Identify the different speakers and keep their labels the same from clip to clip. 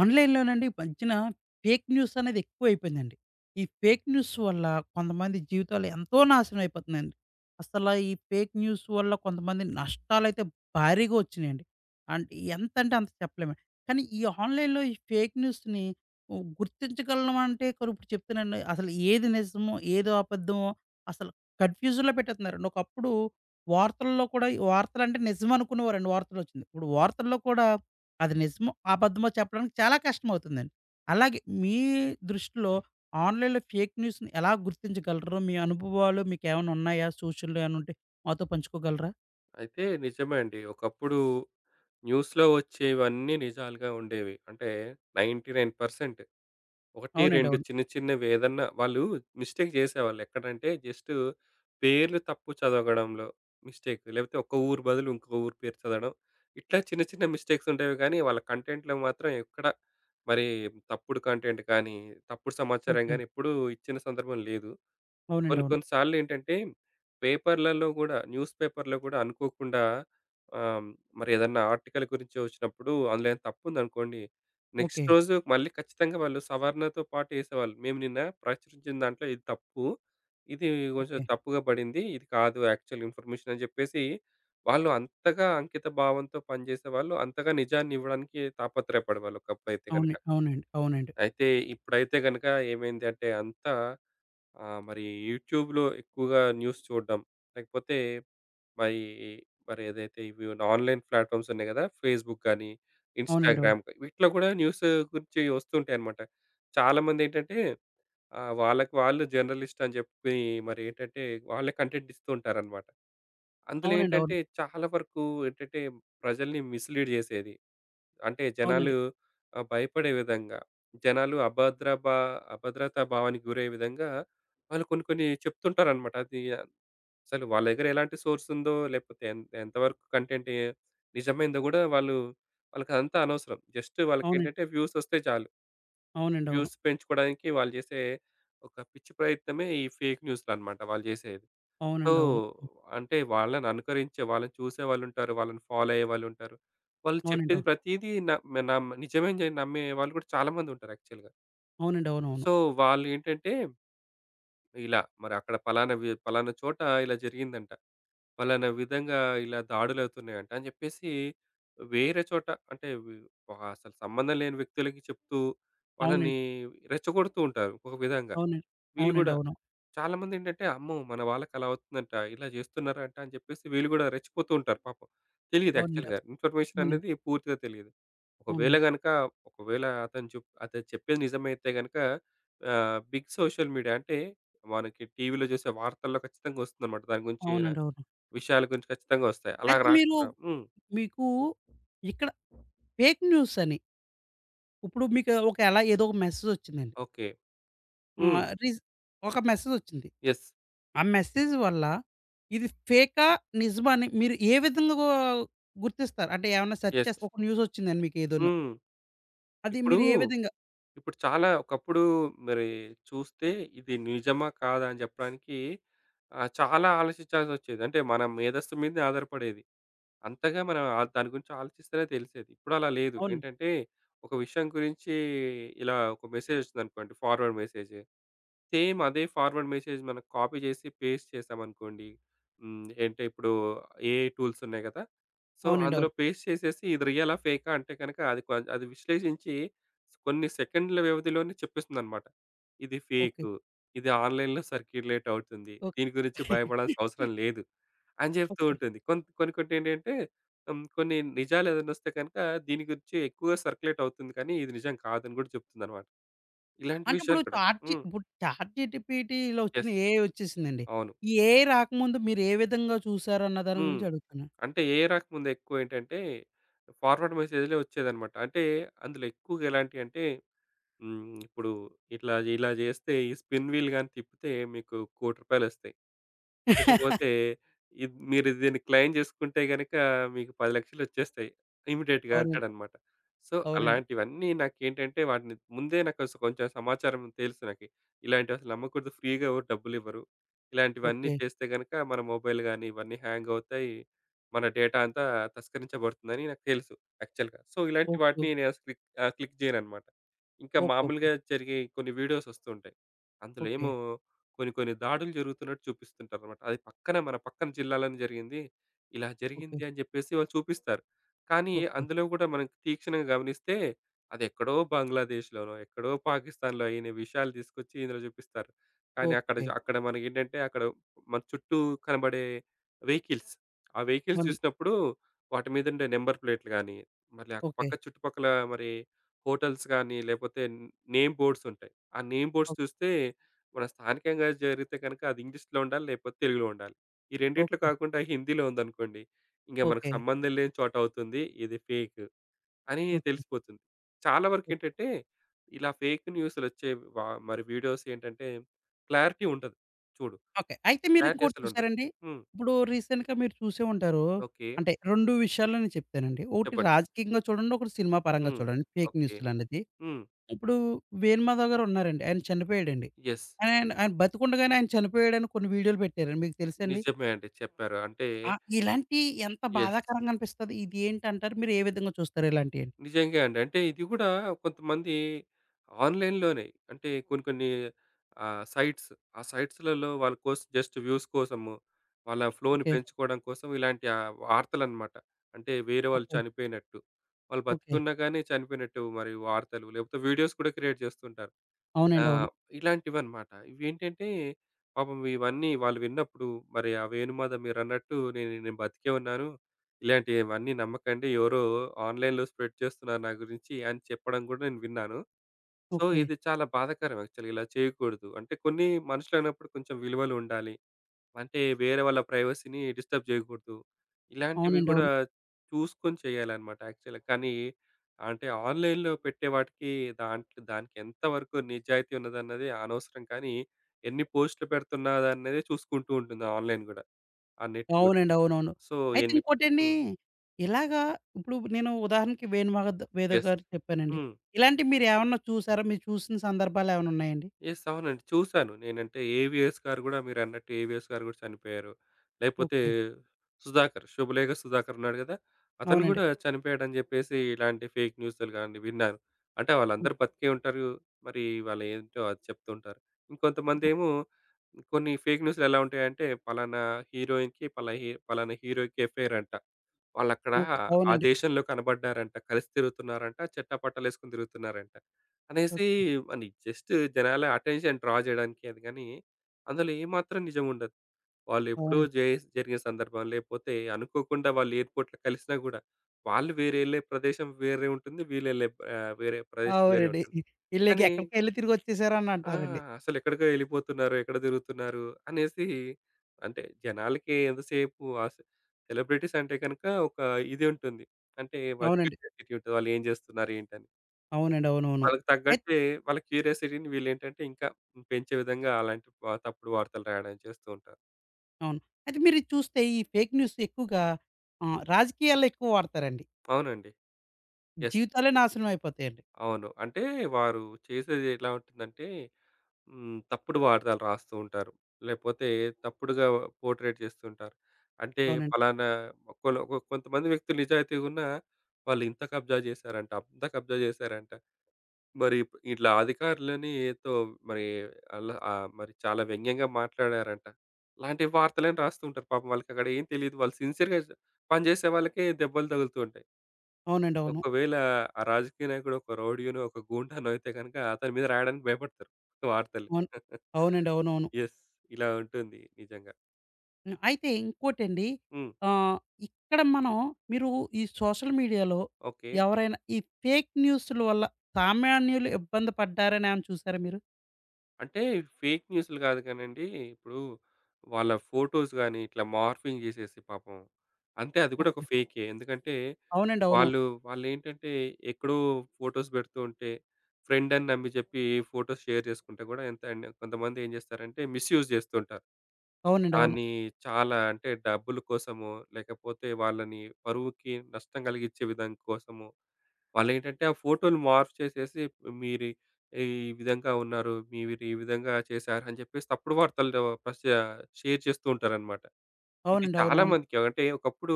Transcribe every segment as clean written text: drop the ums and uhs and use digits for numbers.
Speaker 1: ఆన్‌లైన్‌లోనండి ఈ మధ్యన fake news అనేది ఎక్కువైపోయిందండి. ఈ ఫేక్ న్యూస్ వల్ల కొంతమంది జీవితాలు ఎంతో నాశనం అయిపోతున్నాయండి. అసల ఈ ఫేక్ న్యూస్ వల్ల కొంతమంది నష్టాలైతే భారీగా వచ్చినాయండి. అంటే ఎంతంటే అంత చెప్పలేమండి. కానీ ఈ ఆన్‌లైన్‌లో ఈ ఫేక్ న్యూస్‌ని గుర్తించగలం అంటే కొన్ని ఇప్పుడు చెప్తానండి. అసలు ఏది నిజమో, ఏది అబద్ధమో అసలు కన్‌ఫ్యూజన్‌లో పెట్టేత్తున్నారండి. ఒకప్పుడు వార్తల్లో కూడా వార్తలంటే నిజం అనుకునేవారండి, వార్తలొచ్చింది. ఇప్పుడు వార్తల్లో కూడా అది నిజమో, అబద్ధమో చెప్పడానికి చాలా కష్టమవుతుందండి. అలాగే మీ దృష్టిలో ఆన్‌లైన్‌లో ఫేక్ న్యూస్‌ని ఎలా గుర్తించగలరో, మీ అనుభవాలు మీకేమైనా ఉన్నాయా? సూచనలు ఏమైనా ఉంటే మాతో పంచుకోగలరా?
Speaker 2: అయితే నిజమే అండి. ఒకప్పుడు న్యూస్‌లో వచ్చేవన్నీ నిజాలుగా ఉండేవి. అంటే 99% 1,
Speaker 1: అవునండి.
Speaker 2: 2
Speaker 1: అవును.
Speaker 2: చిన్న చిన్నవి ఏదన్నా వాళ్ళు మిస్టేక్ చేసేవాళ్ళు. ఎక్కడంటే జస్ట్ పేర్లు తప్పు చదవడంలో మిస్టేక్. లేకపోతే ఒక ఊరు బదులు ఇంకో ఊరు పేరు చదవడం. ఇట్లా చిన్న చిన్న మిస్టేక్స్ ఉండేవి, కానీ వాళ్ళ కంటెంట్‌లో మాత్రం ఎక్కడ మరి తప్పుడు కంటెంట్ కానీ, తప్పుడు సమాచారం
Speaker 1: ఓకే.
Speaker 2: గాని ఎప్పుడూ ఇచ్చిన సందర్భం లేదు.
Speaker 1: అవునండి.
Speaker 2: కొన్ని
Speaker 1: అవును.
Speaker 2: కొన్ని సార్లేంటంటే, పేపర్‌లలో గూడా, న్యూస్ పేపర్‌లో గూడా అనుకోకుండా ఆహ్, మరి ఏదన్నా ఆర్టికల్ గురించి వచ్చినప్పుడు అందులో ఏదైనా తప్పుందనుకోండి,
Speaker 1: ఓకే.
Speaker 2: నెక్స్ట్ రోజు మళ్ళీ ఖచ్చితంగా వాళ్ళు సవరణతో పాటు ఏసేవాళ్ళు. మేము నిన్న ప్రచురించిన దాంట్లో ఇది తప్పు. ఇది కొంచెం
Speaker 1: ఓకే.
Speaker 2: తప్పుగా పడింది. ఇది కాదు యాక్చువల్ ఇన్ఫర్మేషన్ అని జెప్పేసి, వాళ్ళు అంతగా అంకిత భావంతో పనిజేసేవాళ్ళు. అంతగా నిజాన్ని ఇవ్వడానికి తాపత్రయపడేవాళ్ళు ఒకప్పుడైతే గనక.
Speaker 1: అవును.
Speaker 2: అయితే కనుక.
Speaker 1: అవునండి. అవునండి.
Speaker 2: అయితే ఇప్పుడైతే గనక ఏమైంది అంటే అంతా ఆ! మరి యూట్యూబ్‌లో ఎక్కువగా న్యూస్ చూడడం, లేకపోతే మరి, ఏదైతే ఇవి ఆన్‌లైన్ ప్లాట్‌ఫామ్స్ ఉన్నాయి కదా! ఫేస్‌బుక్ గాని,
Speaker 1: అవునండి. అవును.
Speaker 2: ఇన్‌స్టాగ్రామ్ వీటిలో కూడా న్యూస్ గురించి వస్తుంటాయన్నమాట. చాలామందేంటంటే వాళ్ళకి వాళ్ళు జర్నలిస్ట్ అని చెప్పి మరి ఏంటంటే వాళ్ళే కంటెంట్ ఇస్తూ ఉంటారన్నమాట. అందులో
Speaker 1: అవునండి.
Speaker 2: ఏంటంటే
Speaker 1: అవును.
Speaker 2: చాలా వరకు ఏంటంటే ప్రజల్ని మిస్‌లీడ్ చేసేది. అంటే జనాలు
Speaker 1: అవునండి.
Speaker 2: ఆ, భయపడే విధంగా, జనాలు అభద్రతా భావానికి గురయ్యే విధంగా వాళ్ళు కొన్ని కొన్ని చెప్తుంటారనమాట. అది అసలు వాళ్ళ దగ్గర ఎలాంటి సోర్స్ ఉందో, లేకపోతే ఎంతవరకు కంటెంట్ నిజమైందో కూడా వాళ్ళు, వాళ్ళకి అంతా అనవసరం. జస్ట్ వాళ్ళకి ఏంటంటే వ్యూస్ వస్తే చాలు.
Speaker 1: అవునండి. అవునండి. అవును.
Speaker 2: వ్యూస్ పెంచుకోవడానికి వాళ్ళు చేసే ఒక పిచ్చి ప్రయత్నమే ఈ ఫేక్ న్యూస్లు అన్నమాట వాళ్ళు చేసేది. సో,
Speaker 1: అవునండి. అవును.
Speaker 2: అంటే వాళ్ళని అనుకరించే, వాళ్ళని చూసే వాళ్ళుంటారు. వాళ్ళని ఫాలో అయ్యే వాళ్ళుంటారు. వాళ్ళు చెప్పేది ప్రతీదీ న నమ్ నిజమే అని జెప్పి నమ్మే వాళ్ళు గూడా చాలా మందుంటారు యాక్చువల్‌గా.
Speaker 1: అవునండి. అవును.
Speaker 2: సో, వాళ్ళేంటంటే ఇలా మరి అక్కడ పలానా చోట ఇలా జరిగిందంట. పలానా విధంగా ఇలా దాడులవుతున్నాయంట అని జెప్పేసి వేరే చోట, అంటే అసలు సంబంధం లేని వ్యక్తులకి చెప్తూ వాళ్ళని
Speaker 1: అవునండి.
Speaker 2: రెచ్చగొడుతూ ఉంటారు ఒక విధంగా.
Speaker 1: అవునవును. అవునండి.
Speaker 2: వీళ్ళు
Speaker 1: అవునండి. అవునండి.
Speaker 2: గూడా.
Speaker 1: అవును.
Speaker 2: చాలా మంది ఏంటంటే అమ్మో మన వాళ్ళకి అలా అవుతుందంట, ఇలా చేస్తున్నారంట అని చెప్పేసి వీళ్ళు కూడా రెచ్చిపోతూ ఉంటారు పాపం.
Speaker 1: అవునండి.
Speaker 2: తెలియదు
Speaker 1: అవునండి.
Speaker 2: యాక్చువల్గా. ఇన్ఫర్మేషన్ అనేది పూర్తిగా తెలియదు. ఒకవేళ
Speaker 1: అవునండి.
Speaker 2: కనుక, ఒకవేళ అతను చెప్పేది నిజమైతే కనుక బిగ్ సోషల్ మీడియా, అంటే మనకి టీవీలో చూసే వార్తల్లో ఖచ్చితంగా వస్తుందన్నమాట దాని గురించి.
Speaker 1: అవునండి. అవును.
Speaker 2: విషయాల గురించి ఖచ్చితంగా వస్తాయి. అలా
Speaker 1: అయితే మీరు
Speaker 2: రాకుండా
Speaker 1: మీకు ఇక్కడ ఫేక్ న్యూస్ అని. ఇప్పుడు మీకు ఒక ఎలా ఏదో ఒక మెసేజొచ్చిందండి.
Speaker 2: ఓకే. ఉమ్,
Speaker 1: ఆహ్, రీస్ ఒక మెసేజొచ్చింది.
Speaker 2: ఎస్.
Speaker 1: ఆ మెసేజ్ వల్ల ఇది ఫేకా? నిజమా? అని మీరు ఏ విధంగా గుర్తిస్తారు? అంటే ఏమన్నా సెర్చ్
Speaker 2: ఎస్.
Speaker 1: చేసి ఒక న్యూసొచ్చిందండి మీకేదోను.
Speaker 2: ఉమ్,
Speaker 1: అది
Speaker 2: ఇప్పుడు,
Speaker 1: మీరు ఏ విధంగా
Speaker 2: చాలా ఒకప్పుడు మరి చూస్తే ఇది నిజమా? కాదా? అని చెప్పడానికి చాలా ఆలోచించాల్సొచ్చేది. అంటే మన మేధస్సు మీదనే ఆధారపడేది. అంతగా మనం దాని గురించి ఆలోచిస్తేనే తెలిసేది. ఇప్పుడు అలా లేదు.
Speaker 1: అవునండి.
Speaker 2: ఏంటంటే ఒక విషయం గురించి ఇలా ఒక మెసేజ్ ఒచ్చిందనుకోండి, ఫార్వర్డ్ మెసేజ్. సేమ్ అదే ఫార్వర్డ్ మెసేజ్ మనం కాపీ చేసి పేస్ట్ చేసామనుకోండి. హ్మ్. ఏంటే ఇప్పుడు ఏఐ టూల్స్ ఉన్నాయి గదా! సో,
Speaker 1: అవునండి.
Speaker 2: అందులో
Speaker 1: అవును.
Speaker 2: పేస్ట్ చేసేసి ఇది రియలా? ఫేకా? అంటే గనక అది విశ్లేషించి కొన్ని సెకండ్ల వ్యవధిలోనే చెప్పేస్తుందన్నమాట. ఇది
Speaker 1: ఓకే.
Speaker 2: ఫేకు. ఇది ఆన్‌లైన్‌లో సర్క్యులేట్ అవుతుంది.
Speaker 1: ఓకే.
Speaker 2: దీని గురించి భయపడాల్సిన అవసరం లేదు అని జెప్తూ
Speaker 1: ఓకే.
Speaker 2: ఉంటుంది. కొన్ని కొన్ని ఏంటంటే హ్మ్, కొన్ని నిజాలు ఏదైనా వస్తే కనుక దీని గురించి ఎక్కువగా సర్క్యులేట్ అవుతుంది కానీ ఇది నిజం కాదని గూడా చెప్తుందన్నమాట. ఇలాంటి
Speaker 1: అంటే ఇప్పుడు
Speaker 2: విషయాలు కూడా.
Speaker 1: చాట్ జీ
Speaker 2: హ్మ్.
Speaker 1: ఇప్పుడు చాట్ జీటీపీటీలో వచ్చిన
Speaker 2: యెస్.
Speaker 1: ఏఐ వచ్చేసిందండి.
Speaker 2: అవును.
Speaker 1: ఈ ఏఐ రాకముందు మీరు ఏ విధంగా చూసారన్న దాని
Speaker 2: హ్మ్.
Speaker 1: గురించి అడుగుతున్నాను.
Speaker 2: అంటే ఏ రాకముందెక్కువేంటంటే, ఫార్వర్డ్ మెసేజ్‌లే వచ్చేదనమాట. అంటే అందులో ఎక్కువగా ఎలాంటియంటే, హ్మ్, ఇప్పుడు ఇట్లా, ఇలా జేస్తే ఈ స్పిన్ వీల్ గాని తిప్పితే మీకు ₹1,00,00,000 ఒస్తాయి. ఇకపోతే ఇది మీరు దీన్ని క్లెయిమ్ చేసుకుంటే గనుక మీకు 10,00,000 వచ్చేస్తాయి. ఇమ్మీడియేట్‌గా
Speaker 1: అవునండి.
Speaker 2: అంటాడన్నమాట. సో,
Speaker 1: అవునండి.
Speaker 2: అలాంటివన్నీ నాకేంటంటే వాటిని ముందే నాకు అసలు కొంచెం సమాచారం తెలుసు నాకి. ఇలాంటివసలు నమ్మకూడదు. ఫ్రీగా ఎవరు డబ్బులివ్వరు. ఇలాంటివన్నీ
Speaker 1: ఓకే.
Speaker 2: చేస్తే గనుక మన మొబైల్ గాని ఇవన్నీ హ్యాంగ్ అవుతాయి. మన డేటా అంతా తస్కరించబడుతుందని నాకు తెలుసు యాక్చువల్‌గా. సో, ఇలాంటి
Speaker 1: ఓకే.
Speaker 2: వాటిని నేను అసలు క్లిక్ చేయనన్నమాట. ఇంకా
Speaker 1: ఓకే. ఓకే.
Speaker 2: మామూలుగా జరిగే కొన్ని వీడియోస్ వస్తూ ఉంటాయి. అందులో
Speaker 1: ఓకే.
Speaker 2: ఏమో కొన్ని కొన్ని దాడులు జరుగుతున్నట్టు చూపిస్తుంటారనమాట. అది పక్కన మన పక్కన జిల్లాలోనే జరిగింది. ఇలా
Speaker 1: ఓకే.
Speaker 2: జరిగింది అని జెప్పేసి వాళ్ళు చూపిస్తారు. కానీ
Speaker 1: ఓకే.
Speaker 2: అందులో గూడా మనం తీక్షణంగా గమనిస్తే అదెక్కడో బంగ్లాదేశ్‌లోనో, ఎక్కడో పాకిస్తాన్‌లో అయిన విషయాలు తీసుకొచ్చి ఇందులో జూపిస్తారు. కానీ
Speaker 1: ఓకే.
Speaker 2: అక్కడ మనకేంటంటే అక్కడ మన చుట్టూ కనబడే వెహికల్స్. ఆ వెహికల్స్
Speaker 1: వన్
Speaker 2: జూసినప్పుడు వాటి మీదుండే నంబర్ ప్లేట్లు గాని, మళ్ళీ
Speaker 1: ఓకే.
Speaker 2: పక్క చుట్టుపక్కల మరి హోటల్స్ గాని, లేపోతే నేమ్ బోర్డ్స్ ఉంటాయి. ఆ నేమ్ బోర్డ్స్
Speaker 1: ఓకే.
Speaker 2: చూస్తే మన స్థానికంగా జరిగితే కనుక అది ఇంగ్లీష్‌లో ఉండాలి, లేకపోతే తెలుగులో ఉండాలి. ఈ రెండిట్లో
Speaker 1: ఓకే.
Speaker 2: కాకుండా హిందీలో ఉందనుకోండి, ఇంక మనకు
Speaker 1: ఓకే.
Speaker 2: సంబంధం లేని చోట అవుతుంది. ఇది ఫేక్ అని
Speaker 1: ఓకే.
Speaker 2: తెలిసిపోతుంది. చాలా వరకేంటంటే, ఇలా ఫేక్ న్యూస్‌లొచ్చే వ మరి వీడియోస్ ఏంటంటే, క్లారిటీ ఉండదు. చూడు
Speaker 1: ఓకే. అయితే
Speaker 2: క్లారిటీ
Speaker 1: మీరింకోటి
Speaker 2: అసలుండదు.
Speaker 1: చూసారండి?
Speaker 2: హ్మ్.
Speaker 1: ఇప్పుడు రీసెంట్‌గా మీరు చూసే ఉంటారు.
Speaker 2: ఓకే.
Speaker 1: అంటే 2 విషయాల్లో నేను చెప్తానండి. ఒకటి
Speaker 2: చెప్పండి.
Speaker 1: రాజకీయంగా చూడండి. ఒకటి సినిమా పరంగా
Speaker 2: హ్మ్.
Speaker 1: చూడండి. Fake
Speaker 2: okay.
Speaker 1: న్యూస్‌లనేది.
Speaker 2: హ్మ్.
Speaker 1: ఇప్పుడు వేణుమాధవ్ గారు ఉన్నారండి. ఆయన చనిపోయాడండి.
Speaker 2: యెస్.
Speaker 1: ఆయన ఆయన ఆయన బతికుండగానే ఆయన చనిపోయాడని కొన్ని వీడియోలు పెట్టారండి. మీకు తెలుసా అండి?
Speaker 2: నిజమే అండి చెప్పారు. అంటే
Speaker 1: ఆ! ఇలాంటియి ఎంత
Speaker 2: యెస్.
Speaker 1: బాధాకరంగా అనిపిస్తది. ఇది ఏంటంటారు? మీరు ఏ విధంగా చూస్తారు ఇలాంటియన్ని?
Speaker 2: నిజంగా అండి. అంటే ఇది గూడా కొంతమంది ఆన్‌లైన్‌లోనే, అంటే కొన్ని కొన్ని సైట్స్, ఆ సైట్స్‌లలో వాళ్ళ కోసం జస్ట్ వ్యూస్ కోసము, వాళ్ళ ఫ్లోని
Speaker 1: ఓకే.
Speaker 2: పెంచుకోవడం కోసం ఇలాంటి వార్తలనమాట. అంటే వేరే వాళ్ళు
Speaker 1: ఓకే.
Speaker 2: చనిపోయినట్టు, వాళ్ళు
Speaker 1: ఓకే.
Speaker 2: బతికున్నా గానీ చనిపోయినట్టు మరి వార్తలు లేకపోతే వీడియోస్ కూడా క్రియేట్ చేస్తుంటారు. ఆ!
Speaker 1: అవునండి. అవును.
Speaker 2: ఇలాంటివన్నమాట. ఇవేంటంటే పాపం ఇవన్నీ వాళ్ళు విన్నప్పుడు మరి ఆ వేణుమాధవ్ మీరన్నట్టు నేను నేను బతికే ఉన్నాను. ఇలాంటివన్నీ నమ్మకండి. ఎవరో ఆన్‌లైన్‌లో స్ప్రెడ్ చేస్తున్నారు నా గురించి అని చెప్పడం గూడా నేను విన్నాను. So,
Speaker 1: okay.
Speaker 2: ఇది చాలా బాధాకరం యాక్చువల్‌గా. ఇలా చేయకూడదు. అంటే కొన్ని మనుషులన్నప్పుడు కొంచెం విలువలుండాలి. అంటే వేరే వాళ్ళ ప్రైవసీని డిస్టర్బ్ చేయకూడదు. ఇలాంటివి
Speaker 1: అవునండి.
Speaker 2: గూడా
Speaker 1: అవును.
Speaker 2: చూసుకొని చేయాలన్నమాట యాక్చువల్‌గా. కానీ, అంటే ఆన్‌లైన్‌లో పెట్టే వాటికి దానికి ఎంత వరకు నిజాయితీ ఉన్నదన్నది అనవసరం. కానీ ఎన్ని పోస్ట్‌లు పెడుతున్నాదన్నదే చూసుకుంటూ ఉంటుంది ఆన్‌లైన్ గూడా. ఆ నెట్ గూడా.
Speaker 1: అవునండి. అవునవును.
Speaker 2: సో
Speaker 1: అయితే
Speaker 2: ఎన్ని
Speaker 1: ఇంకోటండి,
Speaker 2: హ్మ్.
Speaker 1: ఇలాగా ఇప్పుడు నేను ఉదాహరణకి వేణుమాధవ్
Speaker 2: యెస్.
Speaker 1: గారు చెప్పానండి.
Speaker 2: హ్మ్.
Speaker 1: ఇలాంటివి మీరేమన్నా చూసారా? మీరు చూసిన సందర్భాలేమన్నా ఉన్నాయండి?
Speaker 2: యెస్. అవునండి. చూసాను. నేనంటే ఏవిఎస్ గారు గూడా మీరన్నట్టు ఏవిఎస్ గారు గూడా చనిపోయారు. లేకపోతే
Speaker 1: ఓకే.
Speaker 2: 'సుధాకర్', 'శుభలేఖ సుధాకర్' ఉన్నాడు గదా! అతను
Speaker 1: అవునండి.
Speaker 2: గూడా చనిపోయాడని జెప్పేసి ఇలాంటి ఫేక్ న్యూసులు గాని విన్నాను. అంటే
Speaker 1: ఓకే.
Speaker 2: వాళ్ళందరూ బతికే ఉంటారు. మరి వాళ్ళేంటో అది చెప్తూ ఉంటారు.
Speaker 1: ఓ
Speaker 2: ఇంకొంతమందేమో కొన్ని ఫేక్ న్యూసులు ఎలా ఉంటాయంటే, పలానా హీరోయిన్‌కి పలా హీ పలానా హీరోకి ఎఫ్ఐఆర్ అంట. వాళ్ళక్కడ
Speaker 1: ఓకే.
Speaker 2: ఆ
Speaker 1: అవునండి.
Speaker 2: దేశంలో కనబడ్డారంట. కలిసి తిరుగుతున్నారంట. చెట్టాపట్టాలేసుకొని తిరుగుతున్నారంట, అనేసి,
Speaker 1: ఓకే.
Speaker 2: అని జస్ట్ జనాల అటెన్షన్ డ్రా జేయడానికే అది గాని, అందులో ఏమాత్రం నిజం ఉండదు. వాళ్ళెప్పుడో
Speaker 1: అవునండి.
Speaker 2: జేస్ జరిగిన సందర్భం, లేపోతే అనుకోకుండా వాళ్ళు ఎయిర్‌పోర్ట్‌లో కలిసినా గూడా, వాళ్ళు వేరే ఎళ్ళే ప్రదేశం వేరే ఉంటుంది. వీళ్ళెళ్ళే వేరే ప్రదేశం వేరే
Speaker 1: అవునండి.
Speaker 2: ఉంటుంది.
Speaker 1: ఈళ్ళకి
Speaker 2: కానీ
Speaker 1: ఎక్కడికెళ్ళి తిరిగొచ్చేసారు అని
Speaker 2: ఆ!
Speaker 1: అంటారండి.
Speaker 2: అసలెక్కడికో ఎళ్ళిపోతున్నారు, ఎక్కడ తిరుగుతున్నారు అనేసి, అంటే జనాలకి ఎంతసేపు అస్ సెలబ్రిటీస్ అంటే గనక ఒక ఇది ఉంటుంది. అంటే వాళ్ళ
Speaker 1: అవునండి.
Speaker 2: క్యూరియాసిటీ ఉంటుంది. వాళ్ళేం జేస్తున్నారు, ఏంటని.
Speaker 1: అవునండి. అవునవును.
Speaker 2: వాళ్ళకి
Speaker 1: అయిత్
Speaker 2: తగ్గట్టే వాళ్ళ క్యూరియాసిటీని వీళ్ళేంటంటే ఇంకా పెంచే విధంగా అలాంటి తప్పుడు వార్తలు రాయడం చేస్తూ ఉంటారు.
Speaker 1: అవును. అయితే మీరిది చూస్తే ఈ ఫేక్ న్యూస్ ఎక్కువగా రాజకీయాల్లో ఎక్కువ వాడతారండి.
Speaker 2: అవునండి. యెస్.
Speaker 1: జీవితాలే నాశనం అయిపోతాయండి.
Speaker 2: అవును. అంటే వారు చేసేది ఎలా ఉంటుందంటే హ్మ్, తప్పుడు వార్తలు రాస్తూ ఉంటారు. లేపోతే తప్పుడుగా పోర్ట్రేట్ చేస్తుంటారు. అంటే
Speaker 1: అవునండి.
Speaker 2: ఫలానా కొల కొ కొంతమంది వ్యక్తులు నిజాయితీగున్నా వాళ్ళు ఇంత కబ్జా చేశారంట, అంత కబ్జా చేశారంట. మరి ఇట్లా అధికారులని ఏతో మరి అలా మరి చాలా వ్యంగ్యంగా మాట్లాడారంట. ఇలాంటి వార్తలని రాస్తూ ఉంటారు. పాపం వాళ్ళకక్కడ ఏం తెలీదు. వాళ్ళు సిన్సియర్‌గా పనిచేసే వాళ్ళకే దెబ్బలు తగులుతూ ఉంటాయి.
Speaker 1: అవునండి. అవును.
Speaker 2: ఒకవేళ ఆ రాజకీయ నాయకుడు ఒక రౌడీనో, ఒక గూండానో అయితే గనుక అతని మీద రాయడానికి భయపడతారు వార్తలు.
Speaker 1: అవును. అవునండి. అవునవును.
Speaker 2: యెస్. ఇలా ఉంటుంది నిజంగా.
Speaker 1: హ్మ్. అయితే ఇంకోటండి,
Speaker 2: హ్మ్.
Speaker 1: ఆహ్, ఇక్కడ మనం మీరు ఈ సోషల్ మీడియాలో
Speaker 2: ఓకే.
Speaker 1: ఎవరైనా ఈ ఫేక్ న్యూస్‌ల వల్ల సామాన్యులు ఇబ్బంది పడ్డారని ఏమైనా చూసారా మీరు?
Speaker 2: అంటే ఫేక్ న్యూస్‌లు కాదు కానండి. ఇప్పుడు వాళ్ళ ఫోటోస్ గాని ఇట్లా మార్ఫింగ్ చేసేసి పాపం, అంతే అది కూడా ఒక
Speaker 1: ఓకే.
Speaker 2: ఫేకే. ఎందుకంటే
Speaker 1: అవునండి. అవును.
Speaker 2: వాళ్ళు, వాళ్ళేంటంటే ఎక్కడో ఫోటోస్ పెడుతూ ఉంటే ఫ్రెండ్ అని నమ్మి చెప్పి ఫోటోస్ షేర్ చేసుకుంటే కూడా ఎంత అండి కొంతమంది ఏం చేస్తారంటే మిస్‌యూజ్ చేస్తుంటారు.
Speaker 1: అవునండి. అవును.
Speaker 2: దాన్ని చాలా, అంటే డబ్బుల కోసమో, లేకపోతే వాళ్ళని పరువుకి నష్టం కలిగించే విధం కోసమో, వాళ్ళేంటంటే ఆ ఫోటోలు మార్పు చేసేసి మీరు ఈ విధంగా ఉన్నారు, మీరు ఈ విధంగా చేశారు అని చెప్పేసి తప్పుడు వార్తలు షేర్ చేస్తూ ఉంటారనమాట. ఇది
Speaker 1: అవునండి.
Speaker 2: చాలా
Speaker 1: అవునవును.
Speaker 2: మందికి, అంటే ఒకప్పుడు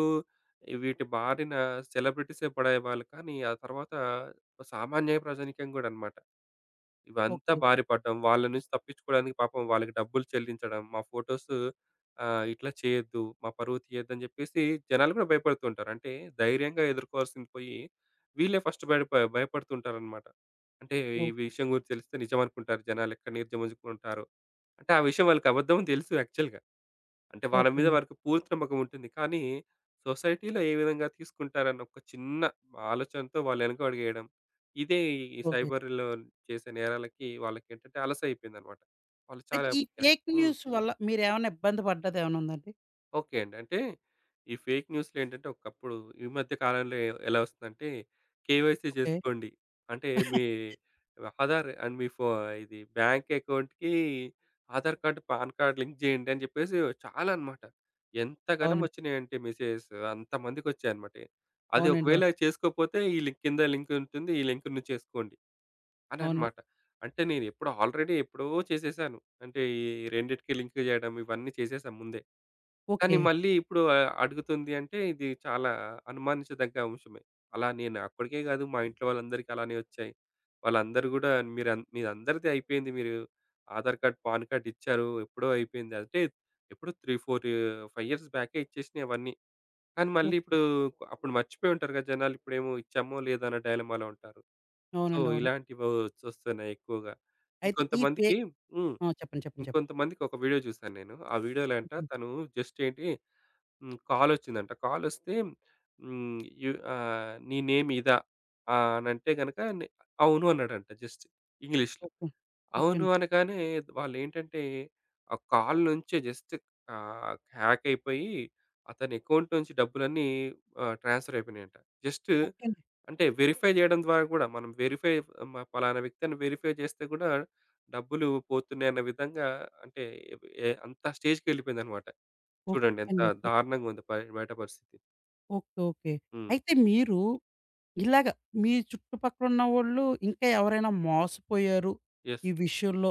Speaker 2: వీటి బారిన సెలబ్రిటీసే పడేవాళ్ళు. కానీ ఆ తర్వాత సామాన్య ప్రజానీకం కూడా అన్నమాట. ఇవంతా
Speaker 1: ఓకే.
Speaker 2: బారి పడ్డాం. వాళ్ళ నుంచి తప్పించుకోవడానికి పాపం వాళ్ళకి డబ్బులు చెల్లించడం, మా ఫోటోస్ ఇట్లా చేయొద్దు, మా పరువు తీయొద్దని జెప్పేసి జనాలు గూడా భయపడుతుంటారు. అంటే ధైర్యంగా ఎదుర్కోవాల్సింది పోయి, వీళ్ళే ఫస్ట్ భయప భయపడుతుంటారనమాట. అంటే
Speaker 1: ఓ
Speaker 2: ఈ విషయం గురించి తెలిస్తే నిజమనుకుంటారు జనాలెక్కడ నిర్జమనుకుంటారో. అంటే ఆ విషయం వాళ్ళకి అబద్ధమని తెలుసు యాక్చువల్‌గా. అంటే వాళ్ళ
Speaker 1: ఓకే
Speaker 2: మీద
Speaker 1: అండి.
Speaker 2: వారికి పూర్తి నమ్మకం ఉంటుంది. కానీ సొసైటీలో ఏ విధంగా తీసుకుంటారన్న ఒక చిన్న ఆలోచనతో వాళ్ళు వెనకడుగేయడం. ఇదే ఈ
Speaker 1: ఓకే.
Speaker 2: సైబర్‌లో చేసే నేరాలకి వాళ్ళకేంటంటే అలసయిపోయిందన్నమాట. వాళ్ళు
Speaker 1: అయితే
Speaker 2: చాలా
Speaker 1: ఈ ఫేక్
Speaker 2: హ్మ్.
Speaker 1: న్యూస్ వల్ల మీరేమైనా ఇబ్బంది పడ్డదేమైనా ఉందండి?
Speaker 2: ఓకే అండి. అంటే ఈ ఫేక్ న్యూస్‌లేంటంటే ఒకప్పుడు, ఈ మధ్య కాలంలో ఎలా వస్తుందంటే కేవైసీ
Speaker 1: ఓకే.
Speaker 2: చేసుకోండి. అంటే మీ ఆధార్ అండ్ మీ ఫో ఇది బ్యాంక్ అకౌంట్‌కి Aadhaar card, PAN card link చేయండి అని చెప్పేసి చాలా అన్నమాట. ఎంతగనం
Speaker 1: అవును.
Speaker 2: వచ్చినాయంటే మెసేజెస్ అంతమందికొచ్చాయన్నమాట. అది
Speaker 1: అవునండి.
Speaker 2: ఒకవేళ
Speaker 1: అవును.
Speaker 2: చేసుకోకపోతే ఈ లింక్ కింద లింక్ ఉంటుంది. ఈ లింక్ నుంచి చేసుకోండి అని
Speaker 1: అవును.
Speaker 2: అన్నమాట. అంటే నేను ఎప్పుడో ఆల్రెడీ ఎప్పుడో చేసేసాను. అంటే ఈ రెండిటికి లింక్ చేయడం ఇవన్నీ చేసేసా ముందే. కానీ
Speaker 1: ఓకే.
Speaker 2: మళ్ళీ ఇప్పుడు అడుగుతుంది అంటే ఇది చాలా అనుమానించదగ్గ అంశమే. అలా నేను అక్కడికే కాదు మా ఇంట్లో వాళ్ళందరికీ అలానే వచ్చాయి. వాళ్ళందరూ గూడా మీరు అన్ మీదందరిది అయిపోయింది. మీరు ఆధార్ కార్డ్, పాన్ కార్డ్ ఇచ్చారు. ఎప్పుడో అయిపోయింది. అంటే ఎప్పుడో 3, 4 5 ఇయర్స్ బ్యాకే ఇచ్చేసినయి అవన్నీ. కానీ మళ్ళీ
Speaker 1: ఓకే.
Speaker 2: ఇప్పుడు అప్పుడు మర్చిపోయి ఉంటారు కదా! జనాలు. ఇప్పుడేమో ఇచ్చామో లేదా అన్న డైలమాలో ఉంటారు. సో,
Speaker 1: అవునండి. అవును.
Speaker 2: ఇలాంటివి వచ్చొస్తున్నాయి ఎక్కువగా.
Speaker 1: అయితే ఈ
Speaker 2: ఇంకొంతమందికి
Speaker 1: ఫేక్
Speaker 2: హ్మ్,
Speaker 1: ఆ! చెప్పండి. చెప్పండి.
Speaker 2: ఇంకొంతమందికి ఒక వీడియో చూసాను నేను. ఆ వీడియోలో అంట
Speaker 1: చెప్పండి.
Speaker 2: తను జస్ట్ ఏంటి హ్మ్, కాలొచ్చిందంట. కాలొస్తే హ్మ్. "నీ నేమ్ ఇదా?" ఆహ్, అనంటే గనక నే అవును అన్నాడంట జస్ట్ ఇంగ్లీష్‌లో.
Speaker 1: ఓకే. ఓకే. ఓకే
Speaker 2: అవును
Speaker 1: అండి.
Speaker 2: అనగానే వాళ్ళేంటంటే ఆ కాల్ నుంచే జస్ట్ ఆహ్, హ్యాక్ అయిపోయి అతని అకౌంట్ నుంచి డబ్బులన్నీ ట్రాన్స్‌ఫర్ అయిపోయినాయంట. జస్ట్
Speaker 1: ఓకే అండి.
Speaker 2: అంటే వెరిఫై చేయడం ద్వారా కూడా మనం వెరిఫై మ పలానా వ్యక్తి అని వెరిఫై చేస్తే కూడా డబ్బులు పోతున్నాయన్న విధంగా, అంటే అంత స్టేజ్‌కెళ్ళిపోయిందన్నమాట.
Speaker 1: ఓకే
Speaker 2: చూడండి ఎంత
Speaker 1: అండి. ఓకే.
Speaker 2: దారుణంగా ఉంది బయట పరిస్థితి.
Speaker 1: ఓకే. ఓకే.
Speaker 2: హ్మ్.
Speaker 1: అయితే మీరు ఇలాగ మీ చుట్టుపక్కల ఉన్నవోళ్ళు ఇంకా ఎవరైనా మోసపోయారు
Speaker 2: యెస్.
Speaker 1: ఈ విషయంలో,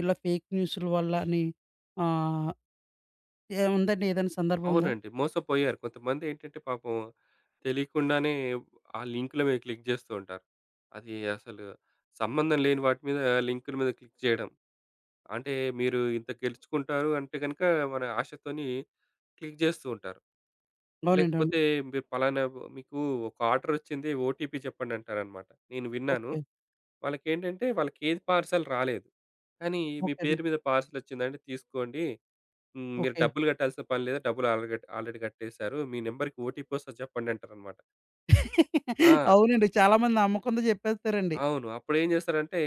Speaker 1: ఇలా ఫేక్ న్యూస్‌ల వల్ల అని ఆహ్, ఏ ఉందండి ఏదైనా సందర్భం ఉందా?
Speaker 2: అవునండి. మోసపోయారు. కొంతమందేంటంటే పాపం తెలియకుండానే ఆ లింకుల మీద క్లిక్ జేస్తూ ఉంటారు. అది అసలు సంబంధం లేని వాటి మీద లింకుల మీద క్లిక్ జేయడం. అంటే మీరు ఇంత గెలుచుకుంటారు అంటే గనుక మన ఆశతోని క్లిక్ జేస్తూ ఉంటారు.
Speaker 1: అవునండి. అవును.
Speaker 2: లేకపోతే మీరు పలానా మీకు ఒక ఆర్డర్ వచ్చింది, ఓటీపీ చెప్పండి అంటారనమాట. నేను విన్నాను.
Speaker 1: ఓకే.
Speaker 2: వాళ్ళకేంటంటే వాళ్ళకి ఏది పార్సల్ రాలేదు. కానీ మీ
Speaker 1: ఓకే అండి.
Speaker 2: పేరు మీద పార్సల్ వచ్చిందండి, తీసుకోండి. హ్మ్. మీరు
Speaker 1: ఓకే.
Speaker 2: డబ్బులు కట్టాల్సిన పని లేదు. డబ్బులు ఆల్రెడీ ఆల్రెడీ కట్టేసారు. మీ నంబర్‌కి ఓటీపీ వస్తది చెప్పండి అంటారనమాట. ఆ!
Speaker 1: అవునండి. చాలామంది నమ్మకంతో చెప్పేస్తారండి.
Speaker 2: అవును. అప్పుడేం జేస్తారంటే,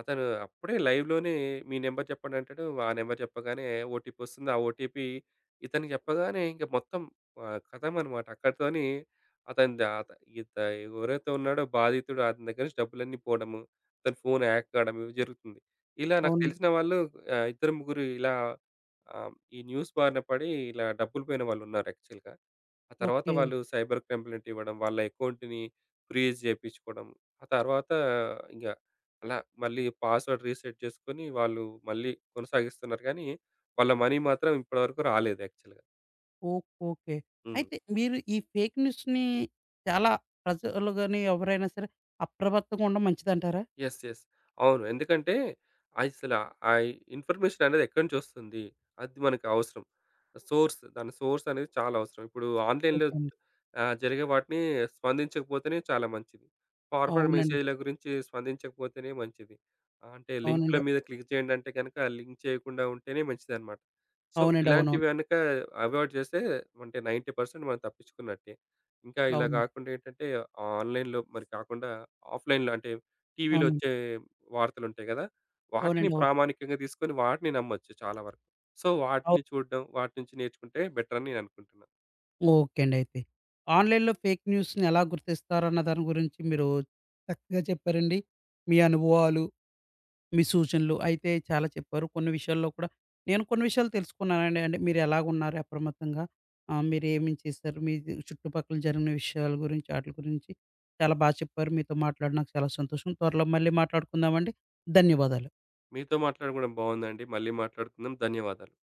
Speaker 2: అతను అప్పుడే లైవ్‌లోనే మీ నంబర్ చెప్పండి అంటాడు. ఆ నంబర్ చెప్పగానే ఓటీపీ వస్తుంది. ఆ ఓటీపీ ఇతనికి చెప్పగానే ఇంక మొత్తం కథమనమాట. అక్కడితోని అతని ద అత ఇత ఎవరైతే ఉన్నాడో బాధితుడు అతని దగ్గర నుంచి డబ్బులన్నీ పోవడము, అతని ఫోన్ హ్యాక్ కావడం ఇవి జరుగుతుంది. ఇలా నాకు
Speaker 1: అవునండి.
Speaker 2: తెలిసిన వాళ్ళు ఇద్దరు, ముగ్గురు ఇలా ఈ న్యూస్ బారిన పడి ఇలా డబ్బులు పోయిన వాళ్ళున్నారు యాక్చువల్‌గా. ఆ తర్వాత
Speaker 1: ఓకే.
Speaker 2: వాళ్ళు సైబర్ కంప్లెయింట్ ఇవ్వడం, వాళ్ళ అకౌంట్‌ని ఫ్రీజ్ జేపిచ్చుకోవడం, ఆ తర్వాత ఇంగ అలా మళ్ళీ పాస్వర్డ్ రీసెట్ చేసుకొని, వాళ్ళు మళ్ళీ కొనసాగిస్తున్నారు కానీ, వాళ్ళ మనీ మాత్రం ఇప్పటివరకు రాలేదు యాక్చువల్‌గా.
Speaker 1: ఓకే. ఓకే.
Speaker 2: హ్మ్.
Speaker 1: అయితే మీరు ఈ ఫేక్ న్యూస్‌ని చాలా ప్రజలు గాని ఎవరైనా సరే అప్రమత్తంగా ఉండడం మంచిదంటారా?
Speaker 2: యెస్. యెస్. అవును. ఎందుకంటే అసల ఆ ఇన్ఫర్మేషన్ అనేది ఎక్కడి నుంచి వస్తుంది? అది మనకు అవసరం. దాని సోర్స్ అనేది చాలా అవసరం. ఇప్పుడు ఆన్‌లైన్‌లో
Speaker 1: ఓకే అండి.
Speaker 2: జరిగే వాటిని స్పందించకపోతేనే చాలా మంచిది. ఫార్వర్డ్
Speaker 1: అవునండి.
Speaker 2: మెసేజ్‌ల గురించి స్పందించకపోతేనే మంచిది. ఆ, అంటే లింక్‌ల
Speaker 1: అవునండి.
Speaker 2: మీద క్లిక్ చేయండి అంటే గనక లింక్ చేయకుండా ఉంటేనే మంచిదన్నమాట. సో,
Speaker 1: అవునండి. అవునవును.
Speaker 2: ఇలాంటివి గనక అవాయిడ్ చేస్తే అంటే 90% మనం తప్పించుకున్నట్టే. ఇంకా ఇలా
Speaker 1: అవునండి.
Speaker 2: కాకుండా ఏంటంటే ఆన్‌లైన్‌లో మరి కాకుండా ఆఫ్‌లైన్‌లో, అంటే టీవీలో
Speaker 1: అవునండి.
Speaker 2: వచ్చే వార్తలుంటాయి గదా! వాటిని
Speaker 1: అవునండి. అవును.
Speaker 2: ప్రామాణికంగా తీసుకొని వాటిని నమ్మొచ్చు చాలా వరకు. సో,
Speaker 1: అవు
Speaker 2: వాటిని చూడడం, వాటి నుంచి నేర్చుకుంటే బెటర్ అని నేను అనుకుంటున్నా.
Speaker 1: ఓకే అండి అయితే. ఆన్‌లైన్‌లో ఫేక్ న్యూస్‌ని ఎలా గుర్తిస్తారన్న దాని గురించి మీరు చక్కగా చెప్పారండి. మీ అనుభవాలు, మీ సూచనలు అయితే చాలా చెప్పారు. కొన్ని విషయాల్లో కూడా నేను కొన్ని విషయాలు తెలుసుకున్నానండి. అంటే మీరు ఎలాగున్నారు అప్రమత్తంగా, మీరేమేం చేశారు, మీ చుట్టుపక్కల జరిగిన విషయాల గురించి, ఆటిల గురించి చాలా చెప్పారు. మీతో మాట్లాడి నాకు చాలా సంతోషం. త్వరలో మళ్ళీ మాట్లాడుకుందామండి. ధన్యవాదాలు.
Speaker 2: మీతో మాట్లాడడం కూడా బావుందండి. మళ్ళీ మాట్లాడుకుందాం. ధన్యవాదాలు.